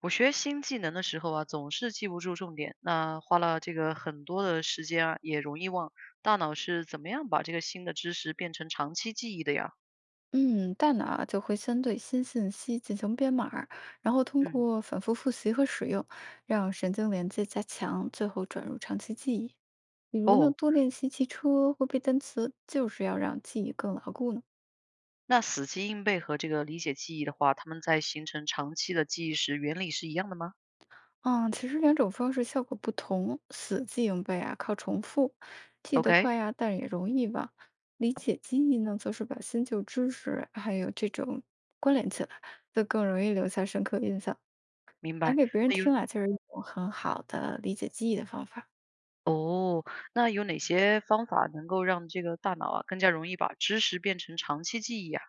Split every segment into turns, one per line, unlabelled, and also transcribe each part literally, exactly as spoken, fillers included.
我学新技能的时候啊，总是记不住重点，那花了这个很多的时间啊，也容易忘。大脑是怎么样把这个新的知识变成长期记忆的呀？
嗯，大脑啊就会先对新信息进行编码。然后通
嗯，
过反复复习和使用，让神经连接加强，最后转入长期记忆。比如呢，
哦，
多练习骑车或背单词，就是要让记忆更牢固呢。
那死记硬背和这个理解记忆的话，他们在形成长期的记忆时，原理是一样的吗
嗯，其实两种方式效果不同，死记硬背啊靠重复，记得
？OK，
快呀、但也容易忘。理解记忆呢，则是把新旧知识还有这种关联起来，就更容易留下深刻印象了。
明
讲
白。
给别人
那有
听啊，就是一种很好的理解记忆的方法。
哦，那有哪些方法能够让这个大脑啊更加容易把知识变成长期记忆啊？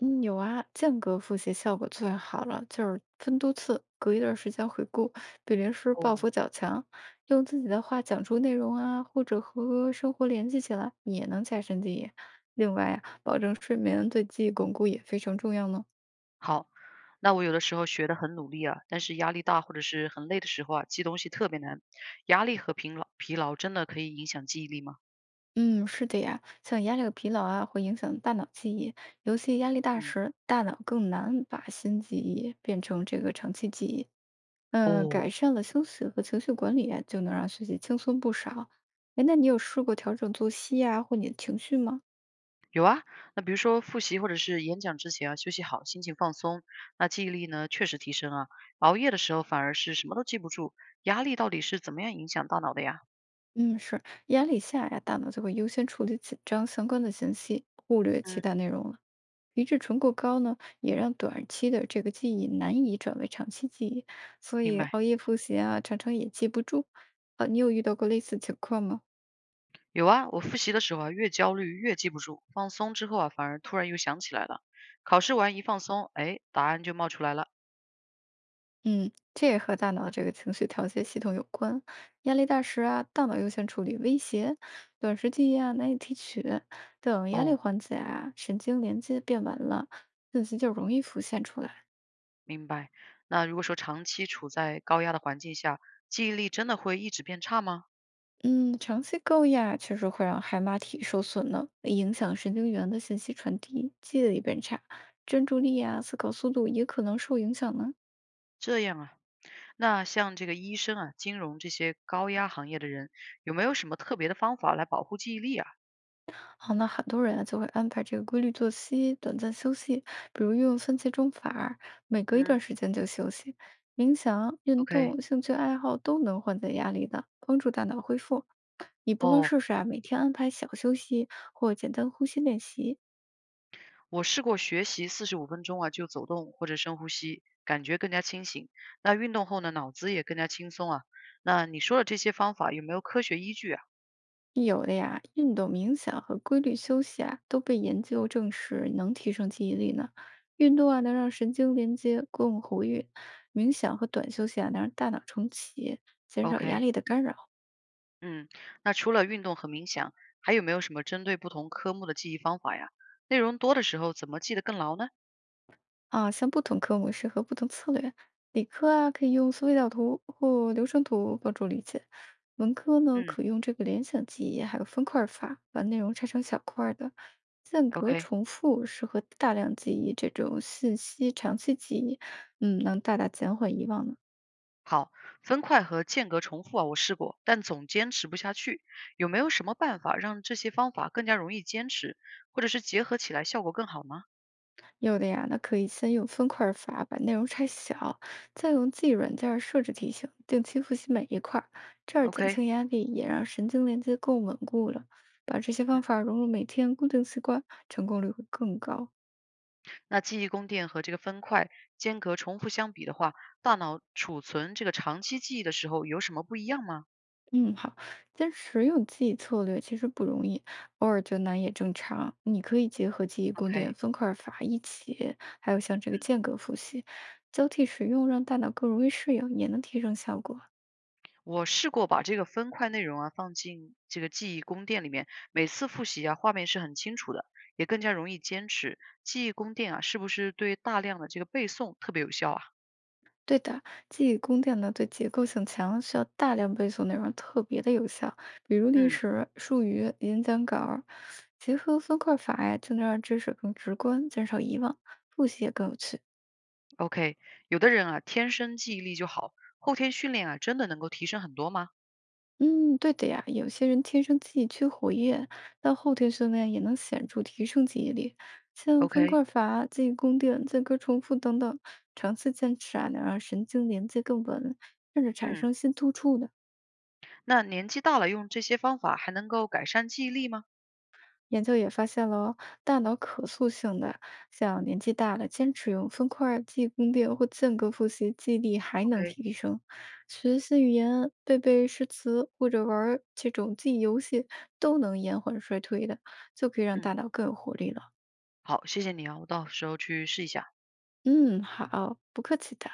嗯，有啊，间隔复习效果最好了，就是分多次，隔一段时间回顾，比临时抱
哦。
佛脚强。用自己的话讲出内容啊，或者和生活联系起来，也能加深记忆。另外啊，保证睡眠对记忆巩固也非常重要呢。
好，那我有的时候学得很努力啊，但是压力大或者是很累的时候啊，记东西特别难。压力和疲劳疲劳真的可以影响记忆力吗？
嗯，是的呀，像压力和疲劳啊，会影响大脑记忆，尤其压力大
嗯，
时，大脑更难把新记忆变成这个长期记忆。嗯，
哦，
改善了休息和情绪管理，就能让学习轻松不少。哎，那你有试过调整作息呀，或你的情绪吗？
有啊。那比如说复习或者是演讲之前啊，休息好，心情放松，那记忆力呢确实提升啊。熬夜的时候反而是什么都记不住。压力到底是怎么样影响大脑的呀？
嗯，是，压力下呀，大脑就会优先处理紧张相关的信息，忽略其
嗯，
他内容了。皮质醇过高呢，也让短期的这个记忆难以转为长期记忆，所
明
以
白。
熬夜复习啊，常常也记不住。呃，你有遇到过类似情况吗？
有啊，我复习的时候啊，越焦虑越记不住，放松之后啊，反而突然又想起来了。考试完一放松，哎，答案就冒出来了。
嗯，这也和大脑这个情绪调节系统有关。压力大时啊，大脑优先处理威胁、短时记忆啊难以提取，等压力
哦，
缓解啊，神经连接变完了，信息就容易浮现出来。
明白。那如果说长期处在高压的环境下，记忆力真的会一直变差吗？
嗯，长期高压啊确实会让海马体受损呢，影响神经元的信息传递，记忆力变差，专注力啊、思考速度也可能受影响呢。
这样啊，那像这个医生啊、金融这些高压行业的人，有没有什么特别的方法来保护记忆力啊？
好，那很多人啊就会安排这个规律作息、短暂休息，比如运用番茄钟法儿，每隔一段
嗯
时间就休息。冥想、运
，OK，
动、兴趣爱好都能缓解压力的，帮助大脑恢复。你不妨
哦，
试试啊，每天安排小休息或简单呼吸练习。
我试过学习四十五分钟啊，就走动或者深呼吸，感觉更加清醒。那运动后呢，脑子也更加轻松啊。那你说的这些方法有没有科学依据啊
有的呀，运动、冥想和规律休息啊，都被研究证实能提升记忆力呢。运动啊，能让神经连接更活跃；冥想和短休息啊，能让大脑重启，减少压
？OK。
力的干扰。
嗯，那除了运动和冥想，还有没有什么针对不同科目的记忆方法呀？内容多的时候怎么记得更牢呢？
啊，像不同科目适合不同策略。理科啊，可以用思维导图或流程图帮助理解；文科呢，
嗯
可用这个联想记忆，还有分块儿法，把内容拆成小块儿的。间隔
，OK，
重复适合大量记忆这种信息长期记忆，嗯，能大大减缓遗忘呢。
好，分块和间隔重复啊，我试过，但总坚持不下去。有没有什么办法让这些方法更加容易坚持，或者是结合起来效果更好呢？
有的呀，那可以先用分块儿法把内容拆小，再用记忆软件儿设置提醒，定期复习每一块儿，这样
o
减
k
轻压力，也让神经连接更稳固了。把这些
嗯，
方法融入每天固定习惯，成功率会更高。
那记忆宫殿和这个分块、间隔重复相比的话，大脑储存这个长期记忆的时候有什么不一样吗
嗯，好，坚持用记忆策略其实不容易，偶尔就难也正常。你可以结合记忆宫殿
？OK。
分块儿法一起，还有像这个间隔复习，交替使用，让大脑更容易适应，也能提升效果。
我试过把这个分块内容啊放进这个记忆宫殿里面，每次复习啊，画面是很清楚的，也更加容易坚持。记忆宫殿啊，是不是对大量的这个背诵特别有效啊？
对的，记忆宫殿呢，对结构性强，需要大量背诵内容特别的有效，比如历
嗯
史、术语、演讲稿儿，结合分块法呀，就能让知识更直观，减少遗忘，复习也更有趣。
，OK，有的人啊天生记忆力就好，后天训练啊真的能够提升很多吗
嗯，对的呀，有些人天生记忆区活跃，但后天训练也能显著提升记忆力，像分
？OK，
块法、记忆宫殿、间隔重复等等，长期坚持啊，能让神经连接更稳，甚至产
嗯，
生新突触呢。
那年纪大了用这些方法还能够改善记忆力吗
研究也发现了哦，大脑可塑性的，像年纪大了坚持用分块儿记忆宫殿或间隔复习，记忆力还能
？OK，
提升。学新语言、背背诗词或者玩儿这种记忆游戏，都能延缓衰退的，就可以让
嗯，
大脑更有活力了。
好，谢谢你啊，我到时候去试一下。
嗯，好，不客气的。